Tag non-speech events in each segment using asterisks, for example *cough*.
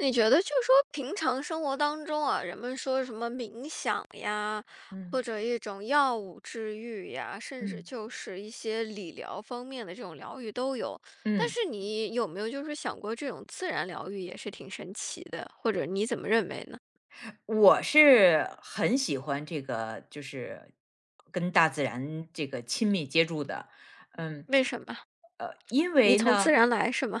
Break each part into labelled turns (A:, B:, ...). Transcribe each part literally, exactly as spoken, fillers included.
A: 你觉得就是说平常生活当中啊，人们说什么冥想呀，或
B: 嗯
A: 者一种药物治愈呀，甚至
B: 嗯
A: 就是一些理疗方面的这种疗愈都有。但
B: 嗯，
A: 是你有没有就是想过，这种自然疗愈也是挺神奇的，或者你怎么认为呢？
B: 我是很喜欢这个，就是跟大自然这个亲密接触的。嗯，
A: 为什么？
B: 呃，因
A: 你
B: 为
A: 从自
B: 呢，
A: 然来是吗？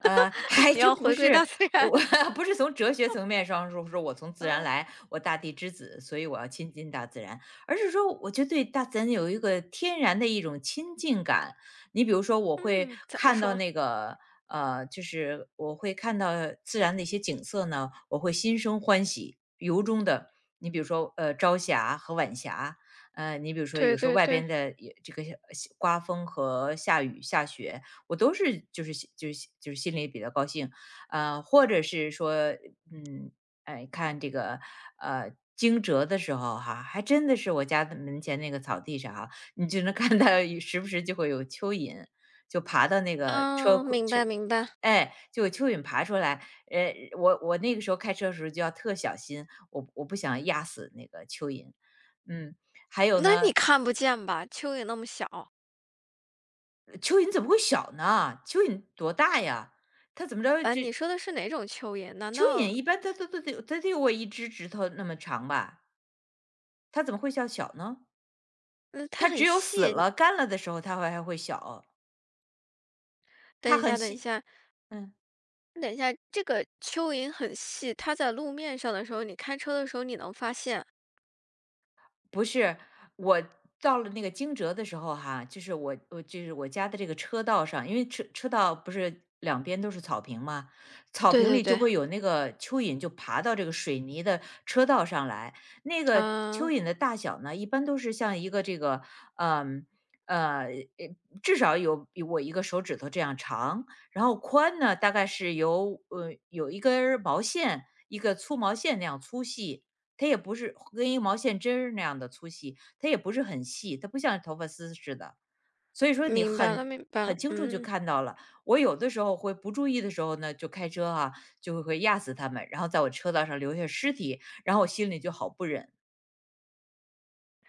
B: 呃，*laughs* 还
A: 你
B: 真
A: 要
B: 不
A: 回归
B: 是，
A: 大自然？
B: 我
A: *laughs*
B: *laughs* 不是从哲学层面上说，说我从自然
A: 哦，
B: 来，我大地之子，所以我要亲近大自然，而是说，我就对大自然有一个天然的一种亲近感。你比如说，我会
A: 嗯，怎么
B: 看到
A: 说？
B: 那个，呃，就是我会看到自然的一些景色呢，我会心生欢喜，由衷的。你比如说，呃，朝霞和晚霞，呃，你比如说，
A: 对
B: 有时候
A: 对
B: 外
A: 对，
B: 边的也这个呃刮风和下雨下雪，我都是就是就是就是心里比较高兴，呃，或者是说，嗯，哎，看这个呃惊蛰的时候哈，还真的是我家的门前那个草地上哈，你就能看到有时不时就会有蚯蚓，就爬到那个车
A: 嗯，
B: 库
A: 明
B: 车，
A: 白明白。
B: 哎，就有蚯蚓爬出来，呃，我我那个时候开车的时候就要特小心，我我不想压死那个蚯蚓，嗯，还有
A: 那
B: 呢，
A: 你看不见吧？蚯蚓那么小。
B: 蚯蚓怎么会小呢？蚯蚓多大呀？它怎么着
A: 啊，
B: 就
A: 你说的是哪种蚯蚓？难
B: 蚯蚓
A: 道，
B: 一般它都都得它得有我一只指头那么长吧，它怎么会叫小呢？
A: 嗯，它
B: 它只
A: 很
B: 有死
A: 细？你
B: 了、干了的时候，它会还会小，
A: 等
B: 它
A: 一
B: 很
A: 下，等一
B: 细
A: 下，
B: 嗯。
A: 等一下，这个蚯蚓很细，它在路面上的时候，你开车的时候你能发现。
B: 不是，我到了那个惊蛰的时候哈，就是我我就是我家的这个车道上，因为车车道不是两边都是草坪嘛，草
A: 对
B: 坪
A: 对
B: 里就
A: 对，
B: 会有那个蚯蚓就爬到这个水泥的车道上来。那个蚯
A: 嗯、
B: 蚓的大小呢，一般都是像一个这个，嗯呃，呃至少有比我一个手指头这样长，然后宽呢大概是有呃有一根儿毛线，一个粗毛线那样粗细。它也不是跟一个毛线针儿那样的粗细，它也不是很细，它不像头发丝似的。所以说你
A: 明白了，
B: 很
A: 明白了，
B: 很清楚就
A: 嗯，
B: 看到了。我有的时候会不注意的时候呢，就开车啊，就会会压死它们，然后在我车道上留下尸体，然后我心里就好不忍。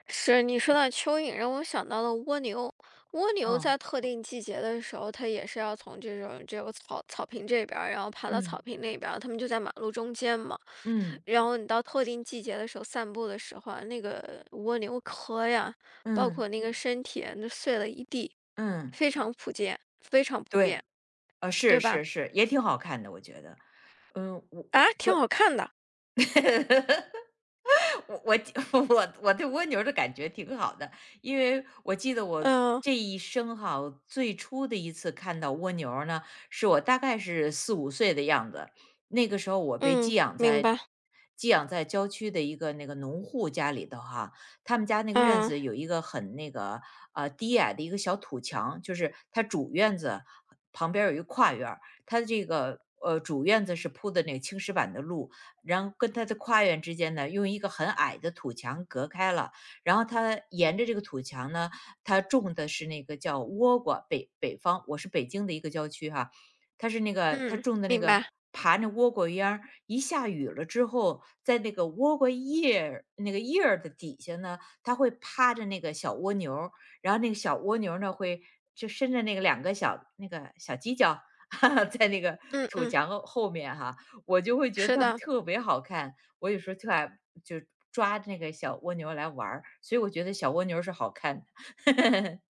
A: 是你说到蚯蚓，让我想到了蜗牛。蜗牛
B: 嗯
A: 在特定季节的时候，它也是要从这种这个草草坪这边儿，然后爬到
B: 嗯
A: 草坪那边儿，它们就在马路中间嘛。
B: 嗯
A: 然后你到特定季节的时候散步的时候啊，那个蜗牛壳呀，包
B: 嗯
A: 括那个嗯身体啊那碎了一地，
B: 嗯，
A: 非常普遍，非常普
B: 对，
A: 遍，
B: 呃，
A: 对
B: 是
A: 吧？
B: 是是，也挺好看的，我觉得。嗯，我我
A: 啊，挺
B: 所以
A: 好看的。
B: *laughs* 我我 *laughs* 我我对蜗牛的感觉挺好的，因为我记得我
A: 嗯
B: 这一生哈，最初的一次看到蜗牛儿呢，是我大概是四五岁的样子。那个时候我被
A: 嗯，
B: 寄养
A: 明
B: 在
A: 白。
B: 寄养在郊区的一个那个农户家里头哈，他们家那个院
A: 嗯
B: 子有一个很那个呃低矮的一个小土墙，就是它主院子旁边儿有一个跨院儿，它这个呃主院子是铺的那个青石板的路，然后跟它的跨院之间呢，用一个很矮的土墙隔开了。然后它沿着这个土墙呢，它种的是那个叫倭瓜，北北方，我是北京的一个郊区哈，它是那个它
A: 嗯，
B: 种的那
A: 明
B: 个
A: 白。
B: 爬那倭瓜秧儿，一下雨了之后，在那个倭瓜叶儿那个叶儿的底下呢，它会趴着那个小蜗牛儿然后那个小蜗牛儿呢会就伸着那个两个小那个小犄角，*laughs* 在那个
A: 嗯
B: 土
A: 嗯，
B: 墙后后面哈，我就会觉得
A: 是
B: 它们
A: 的。
B: 特别好看，我有时候特爱就抓那个小蜗牛来玩儿，所以我觉得小蜗牛是好看的。*laughs*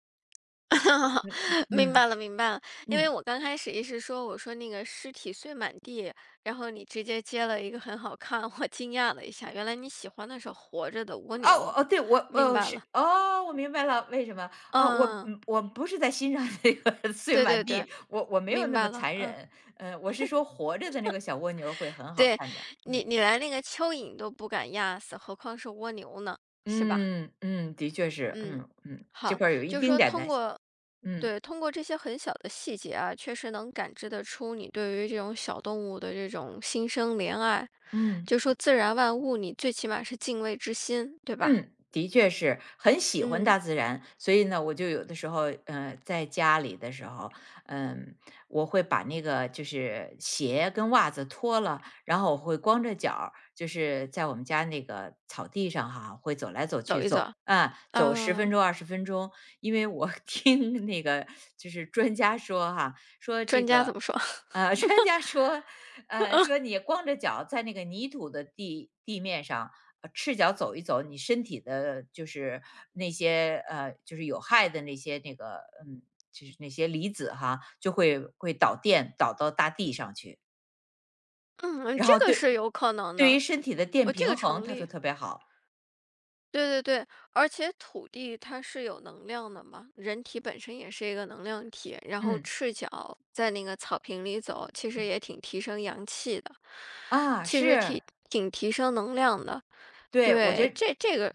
A: *laughs* 明
B: 嗯，
A: 白了，明白了。因为
B: 嗯。
A: 我刚开始一是说，我说那个尸体碎满地，然后你直接接了一个很好看，我惊讶了一下，原来你喜欢的是活着的蜗
B: 哦，
A: 牛，
B: 哦，对，我
A: 明
B: 哦，
A: 白
B: 是
A: 了。
B: 哦，我明白了，为什么。哦，我
A: 嗯。
B: 嗯，我不是在欣赏那个 *laughs* 碎
A: 对
B: 满
A: 对对，
B: 地，我我没有
A: 明
B: 那
A: 白
B: 么
A: 了，
B: 残
A: 嗯，
B: 忍，呃，我是说活着的那个小蜗牛会很好
A: 对，
B: 看的，
A: 你
B: 嗯。
A: 你连那个蚯蚓都不敢压死，何况是蜗牛呢，是吧？
B: 嗯，嗯，的确是，
A: 嗯，
B: 嗯，嗯，这
A: 好，
B: 块儿有一
A: 就是
B: 丁
A: 说
B: 点
A: 通
B: 的
A: 过
B: 嗯，
A: 对，通过这些很小的细节啊，确实能感知得出你对于这种小动物的这种心生怜爱，
B: 嗯。
A: 就说自然万物，你最起码是敬畏之心，对吧？
B: 嗯，的确是很喜欢
A: 嗯，
B: 大自然，所以呢，我就有的时候，呃，在家里的时候，嗯，我会把那个就是鞋跟袜子脱了，然后我会光着脚儿就是在我们家那个草地上哈，会走来走
A: 走
B: 去，
A: 一走
B: 走啊，走十
A: 啊，
B: 分钟、二十分钟，因为我 *laughs* 听那个就是专家说哈，说这
A: 专家怎
B: 个。
A: 么说？
B: 呃，
A: *laughs*
B: 专家说，呃，说你光着脚在那个泥土的地地面上，呃，赤脚走一走，你身体的就是那些呃，就是有害的那些那个，嗯，就是那些离子哈，就会会导电导到大地上去。
A: 嗯，
B: 然
A: 这
B: 后
A: 个
B: 对
A: 是有可能
B: 对于
A: 的，
B: 身体的电
A: 我这
B: 平
A: 个
B: 衡，
A: 成
B: 他说
A: 立。
B: 特别好。
A: 对对对，而且土地它是有能量的嘛，人体本身也是一个能量体，然后
B: 嗯，
A: 赤脚在那个草坪里走，其实也挺提升阳气的，
B: 啊，
A: 其实挺
B: 是，
A: 挺提升能量的。
B: 对，我觉
A: 对，
B: 得
A: 这这个，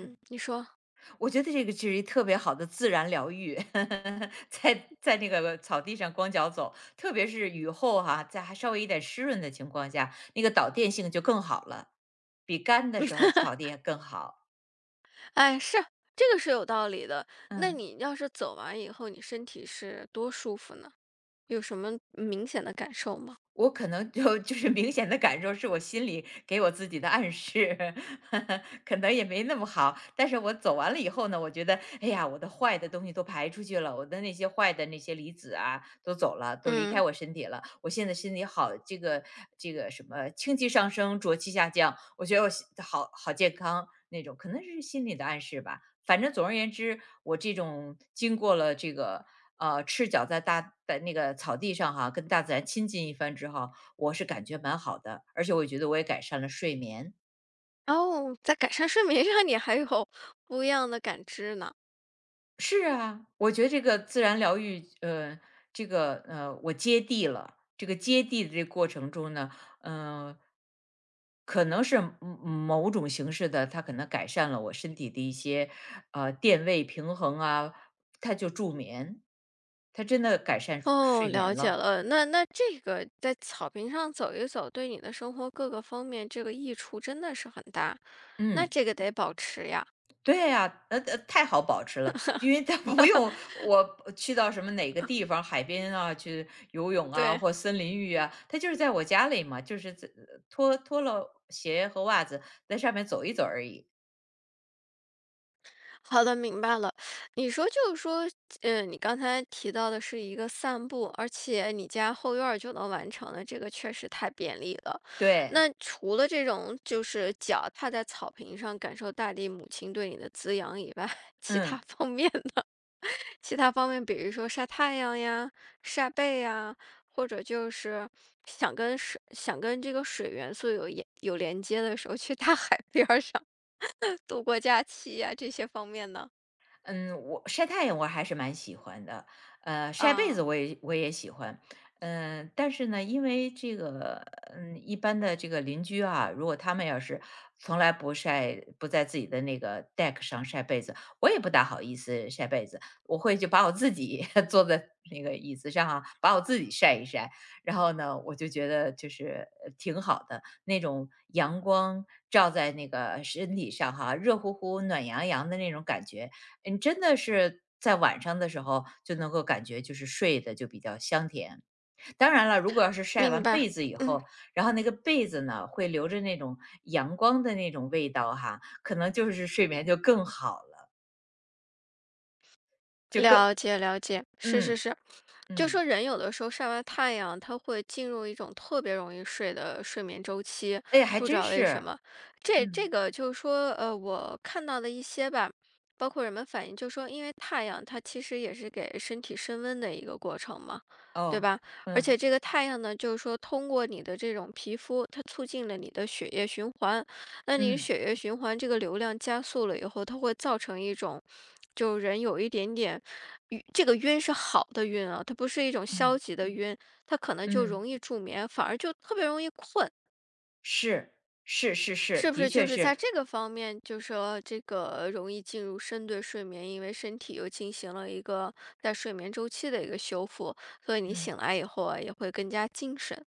B: 嗯。
A: 你说，
B: 我觉得这个是一特别好的自然疗愈，*laughs* 在在那个草地上光脚走，特别是雨后哈、在还稍微一点湿润的情况下，那个导电性就更好了，比干的时候草地还更好。
A: 哎，是这个是有道理的。那
B: 嗯。
A: 你要是走完以后，你身体是多舒服呢？有什么明显的感受吗？
B: 我可能就 *laughs* 就是明显的感受是我心里给我自己的暗示，*laughs* 可能也没那么好。但是我走完了以后呢，我觉得，哎呀，我的坏的东西都排出去了，我的那些坏的那些离子啊，都走了，都离开
A: 嗯，
B: 我身体了。我现在身体好，这个这个什么清气上升，浊气下降，我觉得我心好好健康那种，可能是心理的暗示吧。反正总而言之，我这种经过了这个。呃，赤脚在大在那个草地上哈，跟大自然亲近一番之后，我是感觉蛮好的，而且我也觉得我也改善了睡眠。
A: 哦，在改善睡眠上，你还有不一样的感知呢。
B: 是啊，我觉得这个自然疗愈，呃，这个呃，我接地了。这个接地的这个过程中呢，呃，可能是嗯某某种形式的，它可能改善了我身体的一些呃电位平衡啊，它就助眠，它真的改善
A: 哦，
B: 睡
A: 了
B: 眠
A: 解
B: 了。
A: 了。那那这个在草坪上走一走，对你的生活各个方面，这个益处真的是很大。那
B: 嗯。
A: 这个得保持呀。
B: 对呀，呃呃，太好保持了，因为它 *laughs* 不用我去到什么哪个地方，海边啊，去游泳啊，
A: 对，
B: 或森林浴啊，它就是在我家里嘛，就是在呃脱脱了鞋和袜子，在上面走一走而已。
A: *laughs* 好的，明白了。你说就是说，嗯，你刚才提到的是一个散步，而且你家后院儿就能完成的，这个确实太便利了。
B: 对，
A: 那除了这种就是脚踏在草坪上感受大地母亲对你的滋养以外，*laughs* 其他
B: 嗯。
A: 方面其他方面，比如说晒太阳呀、晒背呀，或者就是想跟水、想跟这个水元素有也有连接的时候，去大海边儿上 *laughs* 度过假期呀，这些方面呢？
B: 嗯，我晒太阳我还是蛮喜欢的，呃，晒被
A: 啊，
B: 子我也我也喜欢，嗯、但是呢，因为这个，嗯，一般的这个邻居啊，如果他们要是从来不晒，不在自己的那个 deck 上晒被子，我也不大好意思晒被子，我会就把我自己 *laughs* 坐在那个椅子上啊，把我自己晒一晒，然后呢，我就觉得就是呃挺好的，那种阳光照在那个身体上哈，热乎乎、暖洋洋的那种感觉，你真的是在晚上的时候就能够感觉就是睡得就比较香甜。当然了，如果要是晒
A: 明
B: 完
A: 白。
B: 被子以后，然后那个被子呢会留着那种阳光的那种味道哈，可能就是睡眠就更好了，就更
A: 了解了解，是是
B: 嗯
A: 是，就
B: 嗯，
A: 说人有的时候晒完太阳，他会进入一种特别容易睡的睡眠周期，
B: 哎呀，还
A: 不知
B: 真
A: 道为什
B: 是，
A: 么。这这
B: 嗯，
A: 个就是说，呃，我看到的一些吧，包括人们反映，就说因为太阳它其实也是给身体升温的一个过程嘛，对
B: 哦，
A: 吧？而且
B: 嗯
A: 这个太阳呢，就是说通过你的这种皮肤，它促进了你的血液循环，那你
B: 嗯
A: 血液循环这个流量加速了以后，它会造成一种，就人有一点点晕，这个晕是好的晕啊，它不是一种消
B: 嗯
A: 极的晕，它可能就
B: 嗯，
A: 容易助眠，反而就特别容易困，
B: 是是是是，
A: 是不
B: 的
A: 是？就
B: 确
A: 是在
B: 是，
A: 这个方面，就说这个容易进入深度睡眠，因为身体又进行了一个在睡眠周期的一个修复，所以你
B: 嗯。
A: 醒来以后啊，也会更加精神，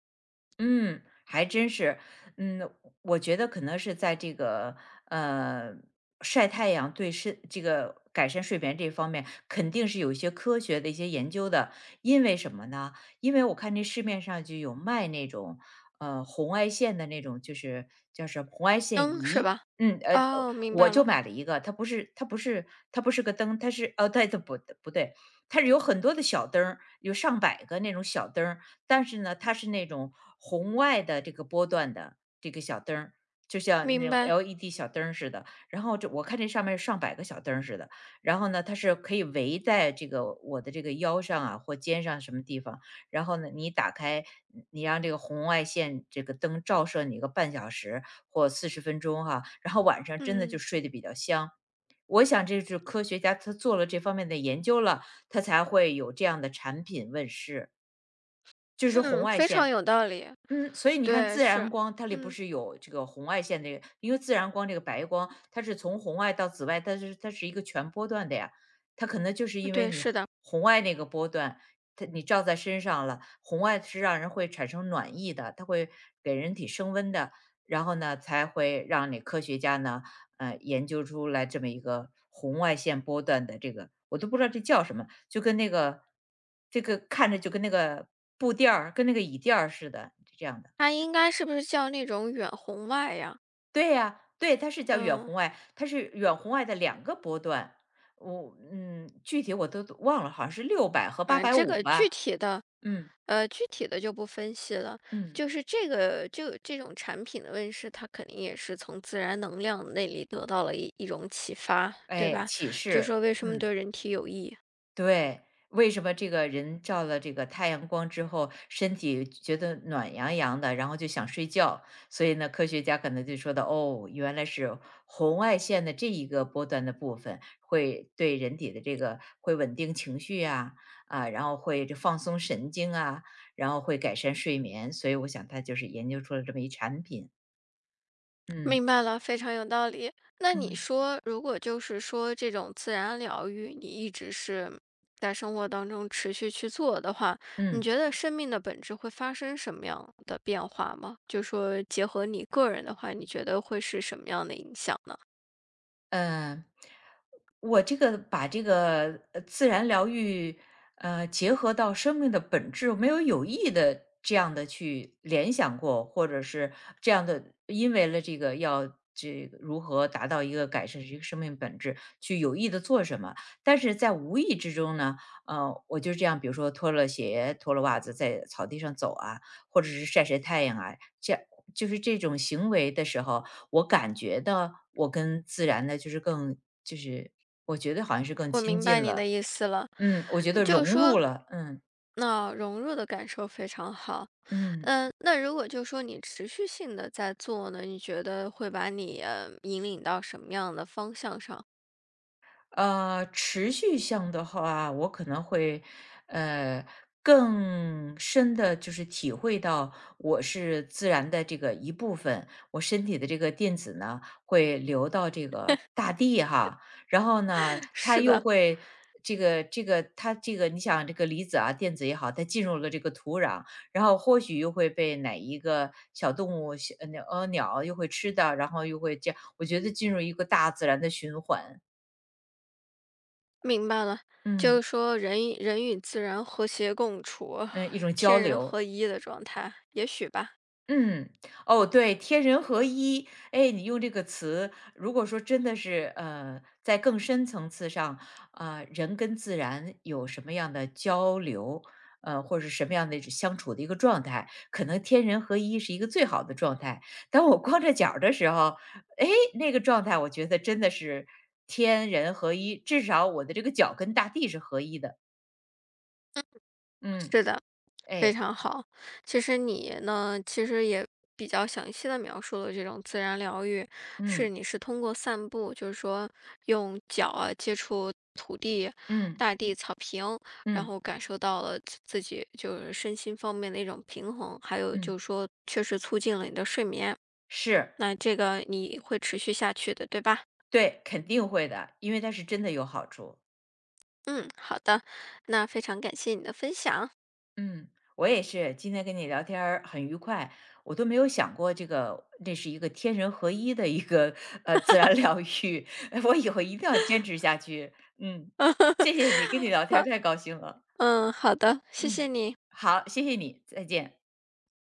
B: 嗯，还真是。嗯，我觉得可能是在这个呃晒太阳对身这个改善睡眠这方面，肯定是有一些科学的一些研究的。因为什么呢？因为我看这市面上就有卖那种呃红外线的那种，就是叫什么红外线
A: 嗯，是
B: 仪。
A: 吧？
B: 嗯，呃，
A: 哦，明
B: 我
A: 白
B: 就
A: 了，
B: 买了一个，它不是，它不是，它不是个灯，它是，哦，对，它不，不对，它是有很多的小灯儿，有上百个那种小灯儿。但是呢，它是那种红外的这个波段的这个小灯儿，就像那
A: 明
B: 种
A: 白，
B: L E D 小灯儿似的。然后这我看这上面上百个小灯儿似的。然后呢，它是可以围在这个我的这个腰上啊或肩上什么地方。然后呢，你打开，你让这个红外线这个灯照射你个半小时或四十分钟哈，然后晚上真的就
A: 嗯。
B: 睡得比较香。我想这是科学家他做了这方面的研究了，他才会有这样的产品问世。就是红
A: 嗯，
B: 外
A: 非常
B: 线。
A: 有道理。
B: 嗯，所以你看
A: 对，
B: 自
A: 是，
B: 然光它里不
A: 嗯，
B: 是有这个红外线，这个因为自然光这个白光，它是从红外到紫外，它是它是一个全波段的呀。它可能就是因为
A: 对，
B: 你红
A: 是的，
B: 红外那个波段，它你照在身上了，红外是让人会产生暖意的，它会给人体升温的。然后呢，才会让你科学家呢呃，研究出来这么一个红外线波段的这个，我都不知道这叫什么，就跟那个这个看着就跟那个布垫儿、跟那个椅垫儿似的，这样的。
A: 它应该是不是叫那种远红外呀？
B: 对呀，对，它是叫远
A: 嗯
B: 红外，它是远红外的两个波段。我嗯，具体我都忘了，好像是六百和八
A: 嗯，
B: 百
A: 这
B: 五
A: 个
B: 吧。
A: 具体的，
B: 嗯，
A: 呃，具体的就不分析了。
B: 嗯，
A: 就是这个就这种产品的问世，它肯定也是从自然能量那里得到了一一种启发，对
B: 哎，
A: 吧？
B: 启
A: 就
B: 示，
A: 说为什么对
B: 嗯。
A: 人体有益。
B: 对，为什么这个人照了这个太阳光之后，身体觉得暖洋洋的，然后就想睡觉？所以呢，科学家可能就说的，哦，原来是红外线的这一个波段的部分会对人体的这个会稳定情绪啊。啊，然后会这放松神经啊，然后会改善睡眠。所以我想他就是研究出了这么一产品。嗯
A: 明白了，非常有道理。那你
B: 嗯
A: 说，如果就是说这种自然疗愈，你一直是在生活当中持续去做的话，你
B: 嗯。
A: 觉得生命的本质会发生什么样的变化吗？就说结合你个人的话，你觉得会是什么样的影响呢？
B: 嗯，我这个把这个呃自然疗愈，呃，结合到生命的本质，没有有意的这样的去联想过，或者是这样的，因为了这个要这个如何达到一个改善这个生命本质，去有意的做什么。但是在无意之中呢，呃，我就这样，比如说脱了鞋、脱了袜子，在草地上走啊，或者是晒晒太阳啊，这样就是这种行为的时候，我感觉到我跟自然的就是更就是我觉得好像是更
A: 我
B: 亲
A: 明白
B: 近
A: 你的
B: 了。
A: 意思了，
B: 嗯，我觉得
A: 就是
B: 融
A: 说，
B: 入了。嗯，
A: 那、融入的感受非常好。
B: 嗯。
A: 嗯，那如果就说你持续性的在做呢，你觉得会把你呃引领到什么样的方向上？
B: 呃，持续性的话，我可能会，呃，更深的就是体会到我是自然的这个一部分，我身体的这个电子呢会流到这个大地哈。然后呢，
A: *laughs*
B: 它
A: 是
B: 又
A: 的。
B: 会这个这个它这个你想这个离子啊电子也好，它进入了这个土壤，然后或许又会被哪一个小动物小鸟呃鸟又会吃到，然后又会这样，我觉得进入一个大自然的循环。
A: 明白了，就
B: 嗯。
A: 是说人与人与自然和谐共处，
B: 嗯，一种交
A: 天人合
B: 流。
A: 一的状态，也许吧。
B: 嗯，哦，对，天人合一。哎，你用这个词，如果说真的是，呃，在更深层次上，啊，人跟自然有什么样的交流，呃，或者是什么样的相处的一个状态，可能天人合一是一个最好的状态。当我光着脚儿的时候，哎，那个状态我觉得真的是天人合一，至少我的这个脚跟大地是合一的。嗯，
A: 是的，非
B: 哎，
A: 常好。其实你呢，其实也比较详细的描述了这种自然疗愈，是
B: 嗯
A: 你是通过散步，就是说用脚啊接触土地、
B: 嗯
A: 大地、草坪，然
B: 嗯
A: 后感受到了自自己就是身心方面的一种平衡，还有
B: 嗯，
A: 就是说确实促进了你的睡眠。
B: 是。
A: 那这个你会持续下去的，对吧？
B: 对，肯定会的，因为它是真的有好处。
A: 嗯，好的，那非常感谢你的分享。
B: 嗯，我也是，今天跟你聊天儿很愉快，我都没有想过这个，这是一个天人合一的一个呃自然疗愈，*laughs* 我以后一定要坚持下去。嗯，谢谢
A: *laughs*
B: 你，跟你聊天儿太高兴了。
A: 嗯，好的，谢谢
B: 嗯，
A: 你。
B: 好，谢谢你，再见。